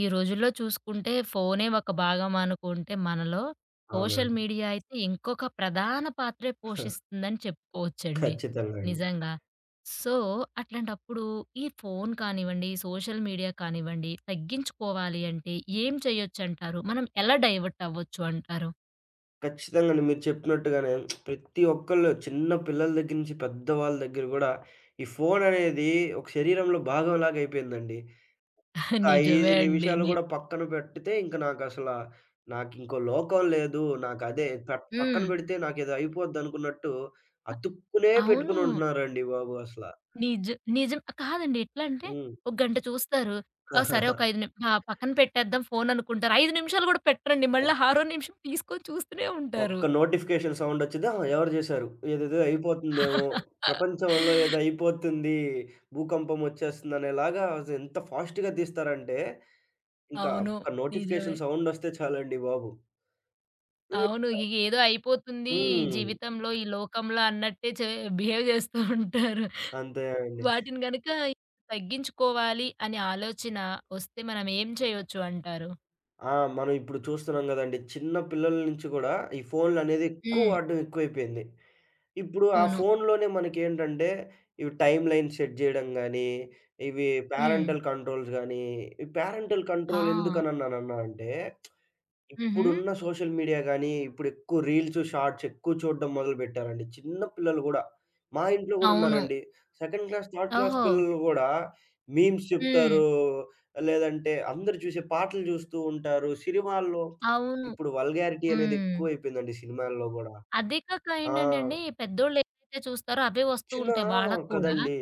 ఈ రోజుల్లో చూసుకుంటే ఫోనే ఒక భాగం అనుకుంటే మనలో, సోషల్ అవునండి. మీడియా అయితే ఇంకొక ప్రధాన పాత్రే పోషిస్తుందని చెప్పుకోవచ్చండి. ఖచ్చితంగా అండి. నిజంగా. సో, అట్లాంటప్పుడు ఈ ఫోను కానివ్వండి, సోషల్ మీడియా కానివ్వండి తగ్గించుకోవాలి అంటే ఏం చేయొచ్చంటారు? మనం ఎలా డైవర్ట్ అవ్వచ్చు అంటారు? ఖచ్చితంగానే మీరు చెప్పినట్టుగానే ప్రతి ఒక్కళ్ళు చిన్న పిల్లల దగ్గర నుంచి పెద్దవాళ్ళ దగ్గర గూడా ఈ ఫోననేది ఒక శరీరంలో భాగంలాగా అయిపోయిందండి. ఒక నిజమే 5 అండి. నిమిషాలు గూడా పక్కన పెట్టితే ఇంక నాకసలా నాకింకో లోకం లేదు. నాకదే పక్కన హ్మ్. పెడితే నాకేదో అయిపోద్దనుకున్నట్టు అతుక్కునే అవును. పెట్టుకునుంటున్నారండి బాబు అసల. నిజ నిజం. కాదండి. ఎట్లా అంటే హ్మ్. ఒక గంట చూస్తారు. ఆ! సరే ఒక 5 ఆ! పక్కన పెట్టేద్దాం ఫోను అనుకుంటారు. 5 నిమిషాలు గూడా పెట్టరండి. మళ్ళా ఆరో నిమిషం తీసుకొని చూస్తూనే ఉంటారు. ఒక్క నోటిఫికేషన్ సౌండొచ్చిద్ది. ఆహా! ఎవరు జేశారు? ఏదేదో అయిపోతుందేమో, ప్రపంచంలో ఏదో అయిపోతుంది, భూకంపం ఒచ్చేస్తుందనేలాగా ఎంత ఫాస్ట్‌గా తీస్తారంటే, ఇంకా అవును. ఒక్క నిజమే. నోటిఫికేషన్ సౌండొస్తే చాలండి బాబు. అవును. ఏదో అయిపోతుంది ఈ హ్మ్. జీవితంలో, ఈ లోకంలో అన్నట్టే బిహేవ్ చేస్తూ ఉంటారు. అంతే అండి. వాటిని గనక తగ్గించుకోవాలి అనే ఆలోచన వస్తే మనం ఏం చేయొచ్చు అంటారు? ఆ! మనం ఇప్పుడు చూస్తున్నాం గదండీ. చిన్న పిల్లల నుంచి గూడా ఈ ఫోన్‌లనేది ఎక్కువ హ్మ్. వాడడం ఎక్కువైపోయింది. ఇప్పుడు ఆ అవును. ఫోన్‌లోనే మనకేంటంటే, ఇవి టైమ్ లైన్ సెట్ జేయడం గానీ, ఇవి హ్మ్. పేరెంటల్ కంట్రోల్స్ గానీ, ఈ పేరెంటల్ కంట్రోల్ ఆ! ఎందుకనన్నానన్నా అంటే హుహు. ఇప్పుడున్న సోషల్ మీడియా గానీ, ఇప్పుడెక్కువ రీల్స్, షార్ట్స్ ఎక్కువ చూడడం మొదలుపెట్టారండి. చిన్న పిల్లలు గూడా. మా ఇంట్లో గూడా అవును. ఉన్నారండి. సెకండ్ క్లాస్, థర్డ్ క్లాస్ ఓహో! పిల్లలు గూడా మీమ్స్ హ్మ్. చెప్తారు. లేదంటే అందరూ చూసే పాటలు చూస్తూ ఉంటారు. సినిమాల్లో అవును. ఇప్పుడు వల్గారిటీ అనేది హ్మ్. ఎక్కువైపోయిందండి సినిమాల్లో గూడా. అదే కాక ఆ! ఏంటంటేండి పెద్దోళ్ళు ఏవైతే చూస్తారో అవే వస్తూ చిన్న ఉంటాయి వాళ్ళకి కూడా. కదండీ.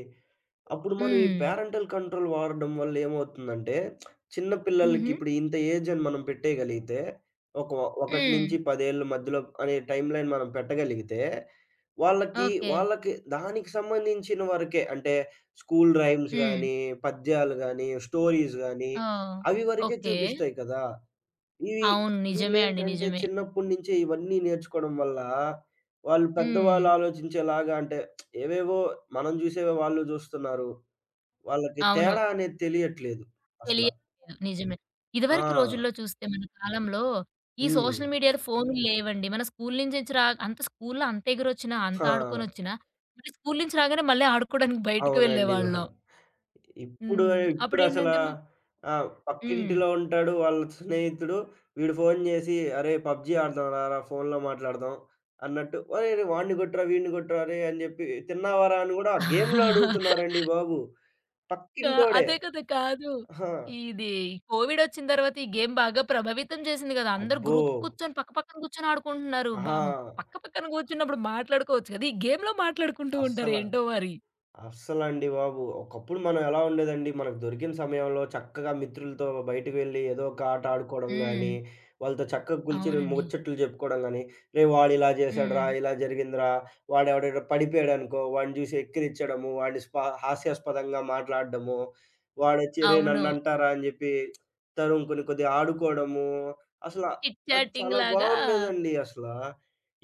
అప్పుడు మనం ఈ హ్మ్. పేరెంటల్ కంట్రోల్ వాడడం వల్ల ఏమవుతుందంటే, చిన్న పిల్లలకి హుహు. ఇప్పుడు ఇంత ఏజ్ అని మనం పెట్టేయగలిగితే, ఒక హ్మ్. 1-10 ఏళ్ల మధ్యలో అనే టైమ్‌లైన్ మనం పెట్టగలిగితే, వాళ్ళకి ఓకే. వాళ్ళకి దానికి సంబంధించిన వరకే అంటే స్కూల్ రైమ్స్ హ్మ్. గానీ, పద్యాలు గానీ, స్టోరీస్ గానీ, ఓహ్! అవి వరకే ఓకే. చూపిస్తాయి కదా! ఇవి అవును. నిజమే అండి. వీళ్ళేంటంటే నిజమే. చిన్నప్పటి నుంచే ఇవన్నీ నేర్చుకోవడం వల్ల, వాళ్ళు పెద్దవాళ్ళు హ్మ్. ఆలోచించేలాగా అంటే ఏవేవో మనం చూసేవే వాళ్ళు చూస్తున్నారు. వాళ్ళకి అవును. తేడా అనేది తెలియట్లేదు అసల. తెలియట్లేదు. నిజమే. ఆ! ఇదివరకు రోజుల్లో చూస్తే మన కాలంలో ఈ హ్మ్. సోషల్ మీడియాలు, ఫోన్లు లేవండి. మన స్కూలు నుంచి నుంచి రా అంత స్కూలులో అంత ఎగిరొచ్చినా, అంత ఆ! ఆడుకొనొచ్చినా మళ్ళీ స్కూలు నుంచి రాగానే మళ్ళీ ఆడుకోవడానికి బయటికి అవునండి. ఓహ్! వెళ్ళేవాళ్ళం. ఇప్పుడు హ్మ్. ఇప్పుడసలా అప్పుడేంటంటే మ ఆ! హ్మ్. పక్కింటిలో ఉంటాడు వాళ్ళ స్నేహితుడు. వీడు ఫోను జేసి, "అరేయ్! పబ్‌జీ ఆడదాం రారా ఫోనులో మాట్లాడదాం" అన్నట్టు, "ఒరేయ్! రేయ్! వాడిని కొట్టురా, వీడిని కొట్టురా అరేయ్!" అని జెప్పి, "తిన్నావారా?" అని గూడా గేమ్‌లో అడుగుతున్నారండి బాబు. కా పక్కింటోడే. అదే కదా! కాదు. ఆ! ఇది కోవిడొచ్చిన తర్వాత ఈ గేమ్ బాగా ప్రభావితం చేసింది కదా! అందరూ అబ్బో! గ్రూప్ కూర్చొని పక్క పక్కన కూర్చొని ఆడుకుంటున్నారు. పక్క ఆ! పక్కన కూర్చున్నప్పుడు మాట్లాడుకోవచ్చు కదా! ఈ గేమ్‌లో మాట్లాడుకుంటూ ఉంటారు అస్సల ఏంటో మరి. అస్సలండి బాబు! ఒకప్పుడు మనం ఎలా ఉండేదండి, మనకు దొరికిన సమయంలో చక్కగా మిత్రులతో బయటకు వెళ్లి ఏదో ఒక ఆట ఆడుకోవడం హ్మ్. గానీ, వాళ్ళతో చక్కగా కూర్చొని అవునండి. ముచ్చట్లు చెప్పుకోవడం గానీ, "రేయ్! వాడిలా చేశాడురా, హ్మ్. ఇలా జరిగిందిరా, వాడెవడో పడిపోయాడనుకో, వాడిని చూసి ఎక్కిరించడము, వాడిని హాస్యాస్పదంగా మాట్లాడడము, వాడొచ్చి "రేయ్! అవును. నన్నంటారా" అని చెప్పి తరుముకొని కొద్దిగా ఆడుకోవడము. అసల చిట్ అది చాటింగ్ చాలా లాగా. బాగుండేదండి అసల.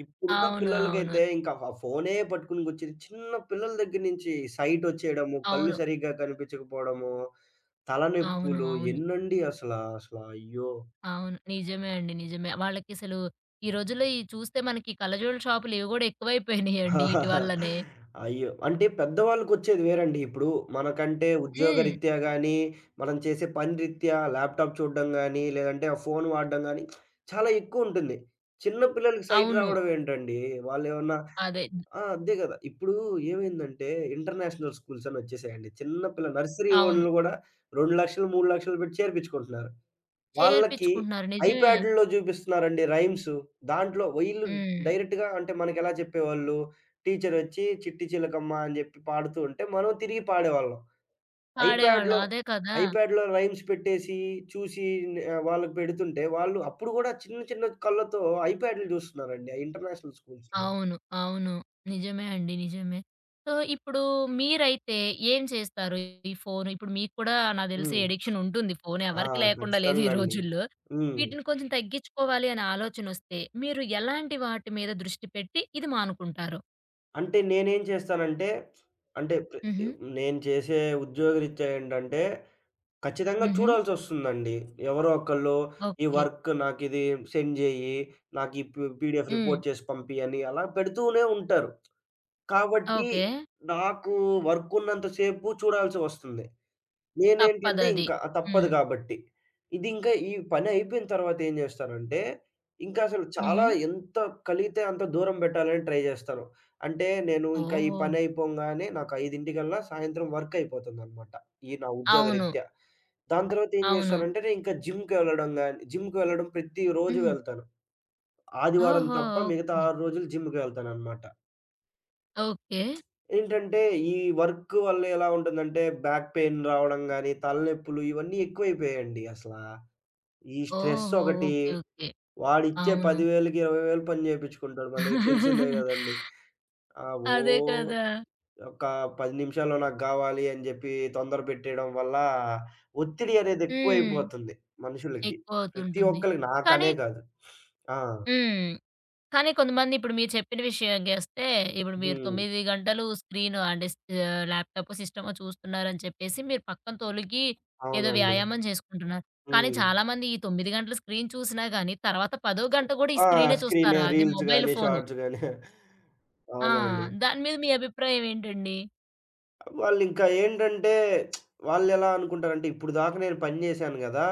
ఇప్పుడున్న అవును. అవును. పిల్లలకైతే ఇంకా ఆ ఫోనే పట్టుకొని కూర్చుని చిన్న పిల్లల దగ్గర నుంచి సైట్ వచ్చేయడము, కళ్ళు అవును. సరిగ్గా కనిపించకపోవడము, అవును. తలనొప్పులు అవును. ఎన్నండి అసల. అసల అయ్యో! అవును. నిజమే అండి. నిజమే. వాళ్ళకసలు ఈ రోజుల్లో ఇయి చూస్తే మనకి కళ్ళజోళ్ళ షాపులు ఇవి గూడా ఎక్కువైపోయినాయండి ఈటి వల్లనే. అయ్యో! అంటే పెద్దవాళ్ళకొచ్చేది వేరండి. ఇప్పుడు మనకంటే హ్మ్. ఉద్యోగరీత్యా గాని, మనం చేసే పని రీత్యా ల్యాప్‌టాప్ చూడడం గాని, లేదంటే ఆ ఫోన్ వాడడం గాని చాలా ఎక్కువుంటుంది. చిన్న పిల్లలకి సైట్ అవును. రావడం ఏంటండి? వాళ్ళేమన్నా అదే. ఆ! అదే గదా! ఇప్పుడు ఏమైందంటే ఇంటర్నేషనల్ స్కూల్స్ అని వచ్చేసాయండి. చిన్న పిల్ల నర్సరీ అవును. వోళ్ళు గూడా 2,00,000 3,00,000 పెట్టి చేర్పించుకుంటున్నారు. వాళ్ళకి చేర్పించుకుంటున్నారు. నిజమే. ఐప్యాడ్‌ల్లో జూపిస్తున్నారండి రైమ్స్. దాంట్లో వీళ్ళు హ్మ్. డైరెక్ట్‌గా అంటే మనకెలా చెప్పేవాళ్ళు, టీచరొచ్చి చిట్టి చిలకమ్మ అని జెప్పి పాడుతూ ఉంటే, మనం తిరిగి పాడేవాళ్ళం. పాడేవాళ్ళం. ఐప్యాడ్‌లో అదే కదా! ఐప్యాడ్‌లో రైమ్స్ పెట్టేసి చూసి వాళ్ళకి పెడుతుంటే, వాళ్ళు అప్పుడు గూడా చిన్న చిన్న కళ్ళతో ఐప్యాడ్‌లు జూస్తున్నారండి ఆ ఇంటర్నేషనల్ స్కూల్స్‌లో. అవును. అవును. నిజమే అండి. నిజమే. సో, ఇప్పుడు మీరైతే ఏం చేస్తారు? ఈ ఫోను ఇప్పుడు మీకు కూడా నాకు తెలిసి హ్మ్. అడిక్షన్ ఉంటుంది. ఫోను ఆ! ఎవరికీ లేకుండా లేదు ఈ ఖచ్చితంగా అండి. రోజుల్లో. హ్మ్. వీటిని కొంచెం తగ్గించుకోవాలి అనే ఆలోచనొస్తే మీరు ఎలాంటి వాటి మీద దృష్టి పెట్టి ఇది మానుకుంటారు? అంటే నేనేం చేస్తానంటే, అంటే ప్ర హుహు. నేను చేసే ఉద్యోగరీత్యా ఏంటంటే, ఖచ్చితంగా హుహు. చూడాల్సొస్తుందండి. ఎవరో ఒకళ్ళు ఈ ఓకే. వర్క్ నాకిది సెండ్ జేయి, నాకు ఈ పీడీఎఫ్ హ్మ్. రిపోర్ట్ చేసి పంపియని అలా పెడుతూనే ఉంటారు. కాబట్టి ఓకే. నాకు వర్క్ ఉన్నంత సేపు చూడాల్సి వస్తుంది. నేనేంటంటే తప్పదది. ఇంకా తప్పదు హ్మ్. కాబట్టి. ఇది ఇంకా ఈ పని అయిపోయిన తర్వాత ఏం చేస్తానంటే, ఇంకా అసలు హుహు. చాలా ఎంత కలిగితే అంత దూరం పెట్టాలని ట్రై చేస్తాను. అంటే నేను ఇంకా ఈ ఓహో! పని అయిపోంగానే నాకు 5:00కల్లా సాయంత్రం వర్క్ అయిపోతుందన్నమాట. ఈ నా అవును. ఉద్యోగరీత్యా. దాని తర్వాత ఏం అవును. చేస్తానంటే నేను ఇంకా జిమ్‌కి వెళ్ళడం ప్రతిరోజు హుహు. వెళ్తాను. ఆదివారం ఓహో! తప్ప మిగతా ఓకే. 6 రోజులు జిమ్‌కి వెళ్తానన్నమాట. ఓకే. ఏంటంటే, ఈ వర్క్ వల్ల ఎలా ఉంటుందంటే, బ్యాక్ పెయిన్ రావడం గానీ, తలనొప్పులు ఇవన్నీ ఎక్కువైపోయాయండి అసలా. ఈ స్ట్రెస్ ఓహో! ఒకటి, ఓకే. ఓకే. వాడిచ్చే అవును. 10,000కి, 20,000 పని చేపిచ్చుకుంటాడు. మన దగ్గర తెలిసిందే గదండీ! ఆహ్, ఓ అదే కదా! ఒక 10 నిమిషాల్లో నాకు గావాలి అని జెప్పి తొందర పెట్టేయడం వల్ల, ఒత్తిడి అనేది హ్మ్. ఎక్కువైపోతుంది మనుషులకి. ప్రతి ఎక్కువవుతుంటుంది. ఒక్కళ్ళకి కానీ నాకనే కాదు. ఆ! హ్మ్. కానీ కొంతమంది ఇప్పుడు మీరు చెప్పిన విషయం చేస్తే, ఇప్పుడు మీరు హ్మ్. 9 గంటలు స్క్రీను అంటే ఆహ్, ల్యాప్‌టాపో సిస్టమో చూస్తున్నారని చెప్పేసి మీరు పక్కన తొలగి ఏదో అవునండి. వ్యాయామం చేసుకుంటున్నారు. కానీ హ్మ్. చాలామంది ఈ 9 గంటలు స్క్రీన్ చూసినా గాని, తర్వాత 10 గంట కూడా ఈ ఆ! స్క్రీనే చూస్తారు. స్క్రీనే అది రీల్స్ మొబైల్ గాని, ఫోను. షార్ట్స్ గాని. ఆ! అవునండి. దాని మీద మీ అభిప్రాయం ఏంటండి? వాళ్ళింకా ఏంటంటే వాళ్ళెలా అనుకుంటారంటే ఇప్పుడు దాకా నేను పని జేశాను గదా!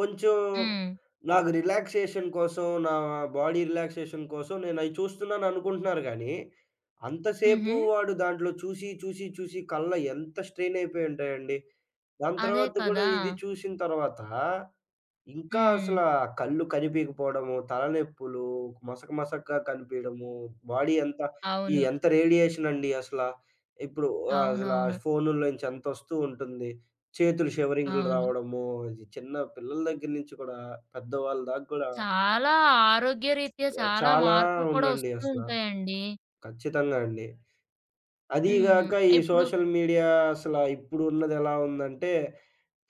కొంచెం హ్మ్. నాకు రిలాక్సేషన్ కోసం, నా బాడీ రిలాక్సేషన్ కోసం నేనయి చూస్తున్నాను అనుకుంటున్నారు గానీ, అంతసేపు హుహు. వాడు దాంట్లో చూసి కళ్ళు ఎంత స్ట్రెయిన్ అయిపోయి ఉంటాయండి. దాని అదే తర్వాత గూడా కదా! ఇది చూసిన తర్వాత ఇంకా హ్మ్. అసల కళ్ళు కనిపీయకపోవడము, తలనొప్పులు, మసక మసకగా కనిపీయడము, బాడీ అంతా ఈ అవును. ఎంత రేడియేషనండి అసల. ఇప్పుడు ఆహ్, అసల అవునవును. ఫోనుల్లో నుంచి అంతొస్తూ ఉంటుంది. చేతులు షివరింగులు అవును. రావడము, ఇది చిన్న పిల్లల దగ్గర నుంచి కూడా పెద్దవాళ్ళ దాకా కూడా చాలా ఆరోగ్యరీత్యా చాలా చాలా మార్పులు కూడా ఉందండి వస్తూ అసల. ఉంటాయండి. ఖచ్చితంగా అండి. అదీ హ్మ్. గాక ఈ ఇప్పుడు సోషల్ మీడియా అసల ఇప్పుడు ఉన్నదెలా ఉందంటే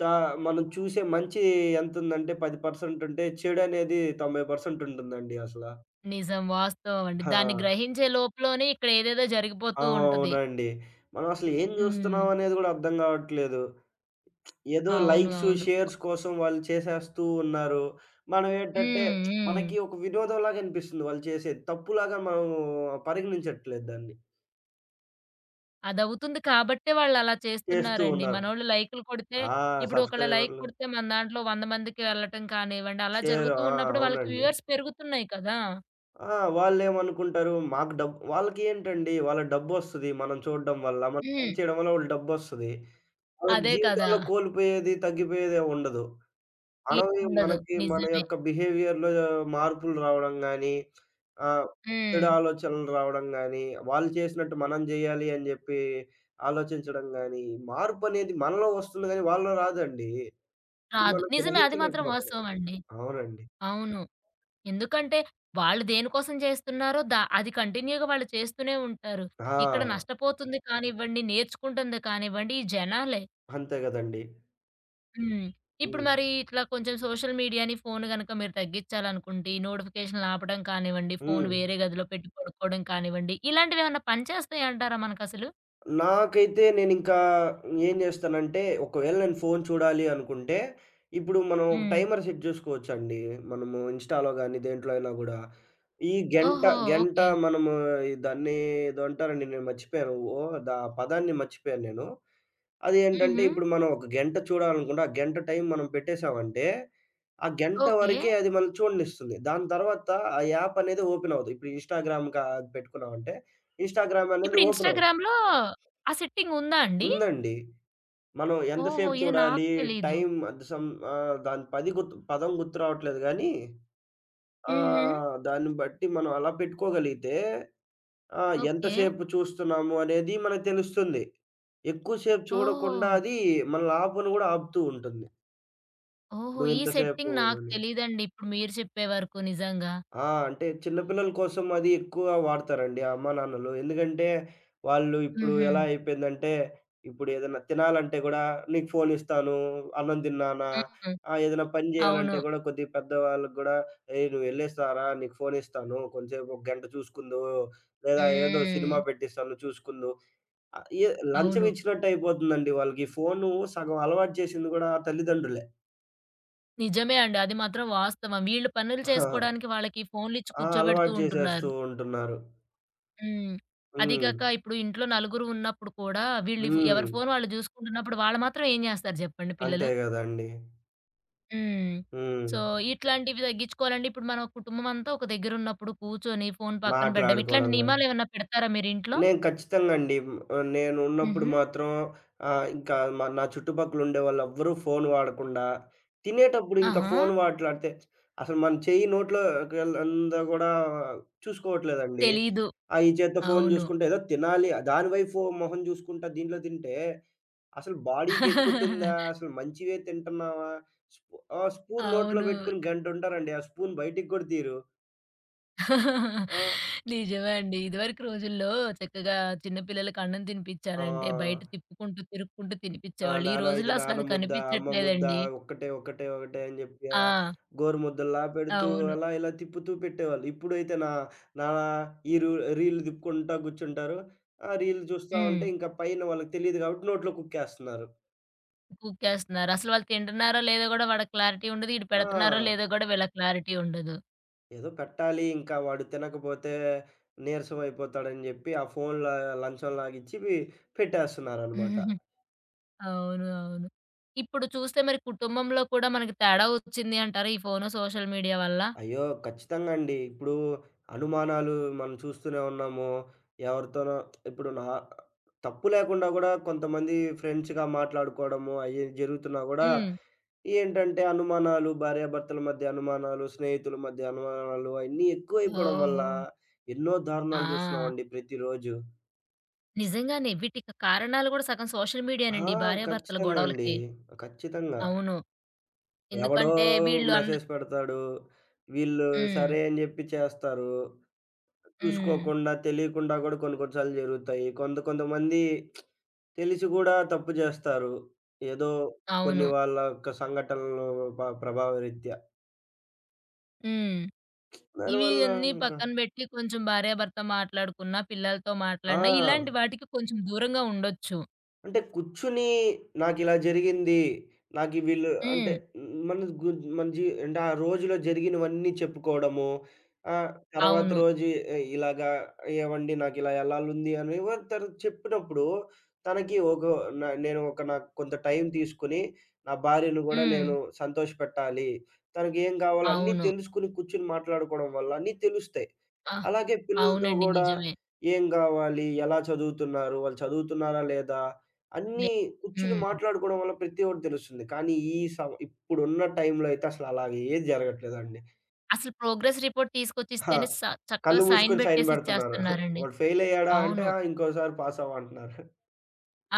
తా మనం చూసే మంచి ఎంతుందంటే 10% ఉంటే, చెడనేది 90% ఉంటుందండి అసల. నిజం. వాస్తవం అండి. ఆ! దాన్ని గ్రహించే లోపులోనే ఇక్కడ ఏదేదో జరిగిపోతూ ఉంటది. అవునండి. మనం అసలు ఏం హ్మ్. జూస్తున్నాం అనేది గూడా అర్థం గావట్లేదు. ఏదో అవును. లైక్స్, అవును. షేర్స్ కోసం వాళ్ళు చేసేస్తూ ఉన్నారు. మనం ఏంటంటే, హ్మ్. మనకి హ్మ్. ఒక వినోదంలాగా అనిపిస్తుంది వాళ్ళు చేసేది. తప్పులాగా మనం పరిగణించట్లేదు దాన్ని. అదవుతుంది కాబట్టే వాళ్ళలా చేస్తూ చేస్తున్నారండి. ఉన్నారు. మనోళ్ళు లైకులు కొడితే ఆ! ఇప్పుడు ఒకళ్ళ లైక్ సబ్స్క్రైబర్లు, కొడితే మన దాంట్లో 100 మందికి వెళ్ళటం కానివ్వండి, అలా షేర్ జరుగుతూ ఆ! ఉన్నప్పుడు వాళ్ళకి అవునండి. వ్యూవర్స్ పెరుగుతున్నాయి కదా! ఆ! వాళ్ళేమనుకుంటారు మాకు డబ్ వాళ్ళకేంటండి వాళ్ళ డబ్బొస్తది. మనం చూడడం వల్ల, మనం హ్మ్. పని చేయడం వల్ల వాళ్ళకి డబ్బొస్తది. వాళ్ళకి అదే కదా! జీవితంలో కోల్పోయేది, తగ్గిపోయేది ఉండదు. మనమే ఏముండదు. మనకి మన నిజమే. యొక్క బిహేవియర్‌లో మార్పులు రావడం గానీ, ఆహ్, చెడు హ్మ్. ఆలోచనలు రావడం గానీ, వాళ్ళు చేసినట్టు మనం జేయాలి అని జెప్పి ఆలోచించడం గానీ, మార్పనేది మనలో వస్తుంది గానీ వాళ్ళలో రాదండి. ఇది రాదు. మనం నిజమే. అది మాత్రం గ్రహించలేకపోతున్నాం. వాస్తవమండి. అవునండి. అవును. ఎందుకంటే వాళ్ళు దేనికోసం చేస్తున్నారో అది కంటిన్యూ‌గా వాళ్ళు చేస్తూనే ఉంటారు. ఇక్కడ ఆ! నష్టపోతుంది కానివ్వండి, నేర్చుకుంటుంది కానివ్వండి ఈ జనాలే. అంతే గదండీ. హ్మ్. ఇప్పుడు హ్మ్. మరి ఇట్లా కొంచెం సోషల్ మీడియాని, ఫోను గనక మీరు తగ్గించాలనుకుంటే ఈ నోటిఫికేషన్‌లు ఆపడం కానివ్వండి, ఫోను వేరే హ్మ్. గదిలో పెట్టి పడుకోవడం కానివ్వండి, ఇలాంటివేమన్నా పనిచేస్తాయంటారా మనకసలు? నాకైతే నేనింకా ఏం జేస్తానంటే, ఒకవేళ నేను ఫోను చూడాలి అనుకుంటే, ఇప్పుడు మనం ఒక హ్మ్. టైమర్ సెట్ జేసుకోవచ్చండి. మనము ఇన్‌స్టాలో గాని, దేంట్లో అయినా గూడా. ఈ గంట, ఓహో! గంట ఓకే. మనము ఈ దాన్ని ఏదో అంటారండి. నేను మర్చిపోయాను. ఓహ్! పదాన్ని మర్చిపోయాను నేను. అదేంటంటే, హుహు. ఇప్పుడు మనం ఒక గంట చూడాలనుకుంటే, ఆ గంట టైం మనం పెట్టేసామంటే, ఆ గంట ఓకే. వరకే అది మనల్ని చూడనిస్తుంది. దాని తర్వాత ఆ యాప్ అనేది ఓపెన్ అవ్వదు. ఇప్పుడు ఇన్‌స్టాగ్రామ్ కా పెట్టుకున్నామంటే, ఇన్‌స్టాగ్రామ్ ఇప్పుడు అనేది ఓపెన్ అవ్వదు. ఇన్‌స్టాగ్రామ్‌లో ఆ సెట్టింగ్ ఉందా అండి? ఉందండి. మనం ఓహో! ఎంతసేపు ఇది నాకు చూడాలి, తెలీదు. టైమ్ అది సమ్ ఆహ్, దాని పది గుర్తు పదం గుర్తు రావట్లేదు గానీ, హుహు. దాన్ని బట్టి మనం అలా పెట్టుకోగలిగితే ఓకే. ఎంతసేపు చూస్తున్నాము అనేది మనకు తెలుస్తుంది. ఎక్కువసేపు ఓహో! చూడకుండా అది మనల్ని ఆపను గూడా ఆపుతూ ఉంటుంది. ఓహో! ఈ నువ్వింతసేపు సెట్టింగ్ నాకు అని. తెలీదండి. ఇప్పుడు మీరు చెప్పే వరకు నిజంగా. ఆ! అంటే చిన్న పిల్లల కోసం అది ఎక్కువ వాడతారండి ఆ అమ్మా, నాన్నలు. ఎందుకంటే, వాళ్ళు ఇప్పుడు హుహు. ఎలా అయిపోయిందంటే, ఇప్పుడు ఏదైనా తినాలంటే గూడా, "నీకు ఫోను ఇస్తాను, అన్నం తిను నాన్న." హ్మ్. ఏదైనా పని అవును. జేయాలంటే గూడా, కొద్దిగా పెద్దవాళ్ళకి గూడా, "ఏయ్! నువ్వు ఎళ్ళేసి రారా, నీకు ఫోను ఇస్తాను. కొంసేపు ఒక గంట చూసుకుందువు, లేదా ఏదో హ్మ్. సినిమా పెట్టిస్తాను చూసుకుందువు." ఆహ్, ఏ లంచం అవును. ఇచ్చినట్టు అయిపోతుందండి వాళ్ళకి. ఫోను సగం అలవాటు చేసింది గూడా తల్లిదండ్రులే. నిజమే అండి. అది మాత్రం వాస్తవం. వీళ్ళు పనులు ఆ! చేసుకోవడానికి వాళ్ళకి ఫోన్‌లిచ్చి ఆ! కూర్చోబెడుతూ అలవాటు ఉంటున్నారు. చేసేస్తూ ఉంటున్నారు. హ్మ్. అది హ్మ్. కాక ఇప్పుడు ఇంట్లో నలుగురు ఉన్నప్పుడు కూడా వీళ్ళు హ్మ్. ఎవరి ఫోన్ వాళ్ళు చూసుకుంటున్నప్పుడు వాళ్ళు మాత్రం ఏం చేస్తారు చెప్పండి పిల్లలు? అంతే గదండీ! హ్మ్. హ్మ్. సో, ఇట్లాంటివి తగ్గించుకోవాలంటే ఇప్పుడు మన కుటుంబం అంతా ఒక దగ్గరున్నప్పుడు కూర్చొని ఫోను పక్కన పెట్టడం ఇట్లాంటి మాట్లాడుకోవడం గాని. నియమాలేమన్నా పెడతారా మీరింట్లో? నేను ఖచ్చితంగా అండి. నేను ఉన్నప్పుడు హుహు. మాత్రం ఆహ్, ఇంకా మ నా చుట్టుపక్కల ఉండేవాళ్ళెవ్వరూ ఫోను వాడకుండా, తినేటప్పుడు ఇంకా ఆహా! ఫోను మాట్లాడితే అసలు మన చెయ్యి నోట్లోకెళ్ళందా గూడా చూసుకోవట్లేదండి. తెలీదు. ఆ! ఈ చేత్తో ఫోను అవును. జూసుకుంటే ఏదో తినాలి దాని వైపు మొహం జూసుకుంటా దీంట్లో తింటే అసలు బాడీకెక్కుతుందా? అసలు మంచివే తింటున్నామా? స్పూ ఆ! స్పూన్ నోట్లో అవును. బెట్టుకొని గంటుంటారండి. ఆ స్పూన్ బయటికి గూడా తీయరు. ఆ! నిజమే అండి. ఇదివరకు రోజుల్లో చక్కగా చిన్న పిల్లలకి అన్నం తినిపిచ్చారంటే బయట ఆ! తిప్పుకుంటూ, తిరుక్కుంటూ ఆ! తినిపిచ్చేవాళ్ళు. ఈ రోజుల్లో నాన్న అసలది ముద్ద, అమ్మ ముద్ద కనిపిచ్చట్లేదండి. ఒక్కటే అని జెప్పి ఆ! గోరుముద్దల్లా పెడుతూ అవును. అలా ఇలా తిప్పుతూ పెట్టేవాళ్ళు. ఇప్పుడైతే నా నా ఈ రు రీల్ తిప్పుకుంటా గూర్చుంటారు. ఆ రీల్ చూస్తా హ్మ్. ఉంటే ఇంకా పైన వాళ్ళకి తెలీదు కాబట్టి నోట్లో కుక్కేస్తున్నారు. కుక్కేస్తున్నారు. అసలు వాళ్ళు తింటున్నారో లేదో గూడా వాడికి క్లారిటీ ఉండదు. ఈడు ఆ! పెడుతున్నారో లేదో గూడా వీళ్ళకి క్లారిటీ ఉండదు. ఏదో పెట్టాలి ఇంకా వాడు తినకపోతే నీరసం అయిపోతాడని జెప్పి ఆ ఫోన్‌ల లంచం లాగిచ్చి పెట్టేస్తున్నారనమాట. అవును. అవును. ఇప్పుడు చూస్తే మరి కుటుంబంలో కూడా మనకి తేడా ఒచ్చింది అంటారా ఈ ఫోను, సోషల్ మీడియా వల్ల? అయ్యో! ఖచ్చితంగా అండి. ఇప్పుడు అనుమానాలు మనం చూస్తూనే ఉన్నాము. ఎవరితోనో ఇప్పుడు నా తప్పు లేకుండా గూడా కొంతమంది ఫ్రెండ్స్‌గా మాట్లాడుకోవడము అయ్యి జరుగుతున్నా గూడా హ్మ్. ఏంటంటే అనుమానాలు, భార్యాభర్తల మధ్య అనుమానాలు, స్నేహితుల మధ్య అనుమానాలు అయన్నీ ఎక్కువైపోవడం వల్ల ఓహో! ఎన్నో దారుణాలు ఆ! చూస్తున్నామండి ప్రతిరోజు. నిజంగానే. వీటికి కారణాలు గూడా సగం సోషల్ మీడియా‌నండి. ఆ! ఈ భార్యాభర్తల ఖచ్చితంగా అండి. గొడవలకి. ఖచ్చితంగా. అవును. ఎవడో ఎందుకంటే వీళ్ళు అంద మెసేజ్ పెడతాడు. వీళ్ళు హ్మ్. సరే అని జెప్పి చేస్తారు. హ్మ్. చూసుకోకుండా, తెలియకుండా గూడా కొన్ని కొన్ని సార్లు జరుగుతాయి. కొంతమంది తెలిసి గూడా తప్పు జేస్తారు. ఏదో కొన్ని అవును. వాళ్ళ యొక్క సంఘటనలు ప్రభావ రీత్యా. హ్మ్. ఇవి దానివల్ల అన్నీ ఇంకా పక్కన బెట్టి కొంచెం భార్యాభర్త మాట్లాడుకున్నా, పిల్లలతో ఆ! మాట్లాడినా ఇలాంటి వాటికి కొంచెం దూరంగా ఉండొచ్చు. అంటే కూర్చుని నాకిలా జరిగింది. నాకి వీళ్ళు అంటే హ్మ్. మన గు మన జీ అంటే ఆ రోజులో జరిగినవన్నీ చెప్పుకోవడము. ఆహ్, తర్వాత అవును. రోజు ఎ ఇలాగా ఏవండి నాకిలా యెళ్ళాలుంది అని తను చెప్పినప్పుడు తనకి ఒక న నేను ఒక నాకు కొంత టైం తీసుకొని నా భార్యను గూడా హ్మ్. నేను సంతోషపెట్టాలి. తనకేం గావాలో అన్నీ అవును. తెలుసుకొని కూర్చొని మాట్లాడుకోవడం వల్ల అన్నీ తెలుస్తాయి. ఆ! అలాగే పిల్లలతో అవునండి. గూడా నిజమే. ఏం గావాలి? ఎలా చదువుతున్నారు? వాళ్ళు చదువుతున్నారా లేదా? లే అన్నీ కూర్చొని హ్మ్. మాట్లాడుకోవడం వల్ల ప్రతి ఒకటి తెలుస్తుంది. కానీ ఈ సం ఇప్పుడున్న టైంలో అయితే అసలు అలాగ ఏది జరగట్లేదండి. అసలు ప్రోగ్రెస్ రిపోర్ట్ ఆ! తీసుకొచ్చిస్తేనే చక్కగా కళ్ళు సైన్ మూసుకొని సైన్ బెట్టేసి బెడుతున్నారు. ఇచ్చేస్తున్నారండి. వాడు ఫెయిల్ అయ్యాడా అంటే అవును. ఆ! ఇంకోసారి పాస్ అవ్వు అంటున్నారు.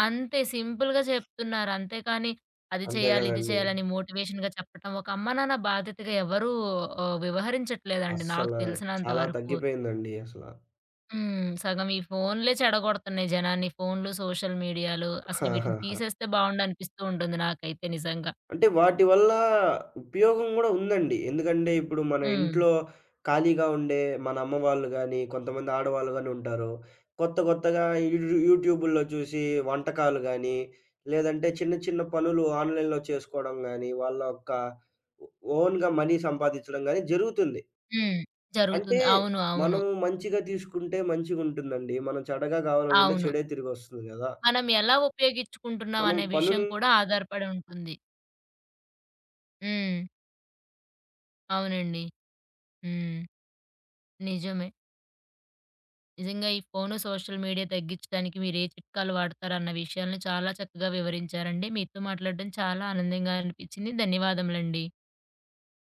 అంతే సింపుల్‌గా చెప్తున్నారు. అంతేకాని అది అంతే చేయాలి, ఇది గదండీ. చేయాలని మోటివేషన్‌గా చెప్పటం, ఒక అమ్మ నాన్న బాధ్యతగా ఎవరు వ్యవహరించట్లేదండి అస్సల నాకు తెలిసినంత చాలా వరకు. తగ్గిపోయిందండి అసల. హ్మ్. సగం ఈ ఫోన్లే చెడగొడుతున్నాయి జనాన్ని. ఫోన్లు, సోషల్ మీడియాలు అసలు వీటిని తీసేస్తే బావుండనిపిస్తూ ఉంటుంది నాకైతే నిజంగా. అంటే వాటి వల్ల ఉపయోగం గూడా ఉందండి. ఎందుకంటే ఇప్పుడు మన హ్మ్. ఇంట్లో ఖాళీగా ఉండే మన అమ్మ వాళ్ళు గాని, కొంతమంది ఆడవాళ్ళు గాని ఉంటారు. కొత్తగా యూ యూట్యూబుల్లో చూసి వంటకాలు గాని, లేదంటే చిన్న చిన్న పనులు ఆన్‌లైన్‌లో చేసుకోవడం గాని, వాళ్ళ యొక్క ఓ ఓన్‌గా మనీ సంపాదించడం గాని జరుగుతుంది. హ్మ్. అంటే జరుగుతుంది. అవును. అవును. మనం మంచిగా తీసుకుంటే మంచిగుంటుందండి. మనం చెడగా కావాలనుకుంటే అవును. చెడే తిరిగొస్తుంది గదా! మనం ఎలా ఉపయోగించుకుంటున్నాం మనం అనే విషయం పనులు కూడా ఆధారపడి ఉంటుంది. హ్మ్. అవునండి. హ్మ్. నిజమే. నిజంగా ఈ ఫోను, సోషల్ మీడియా తగ్గించడానికి మీరే చిట్కాలు వాడతారన్న విషయాలను చాలా చక్కగా వివరించారండి. మీతో మాట్లాడడం చాలా ఆనందంగా అనిపించింది. ధన్యవాదములండి.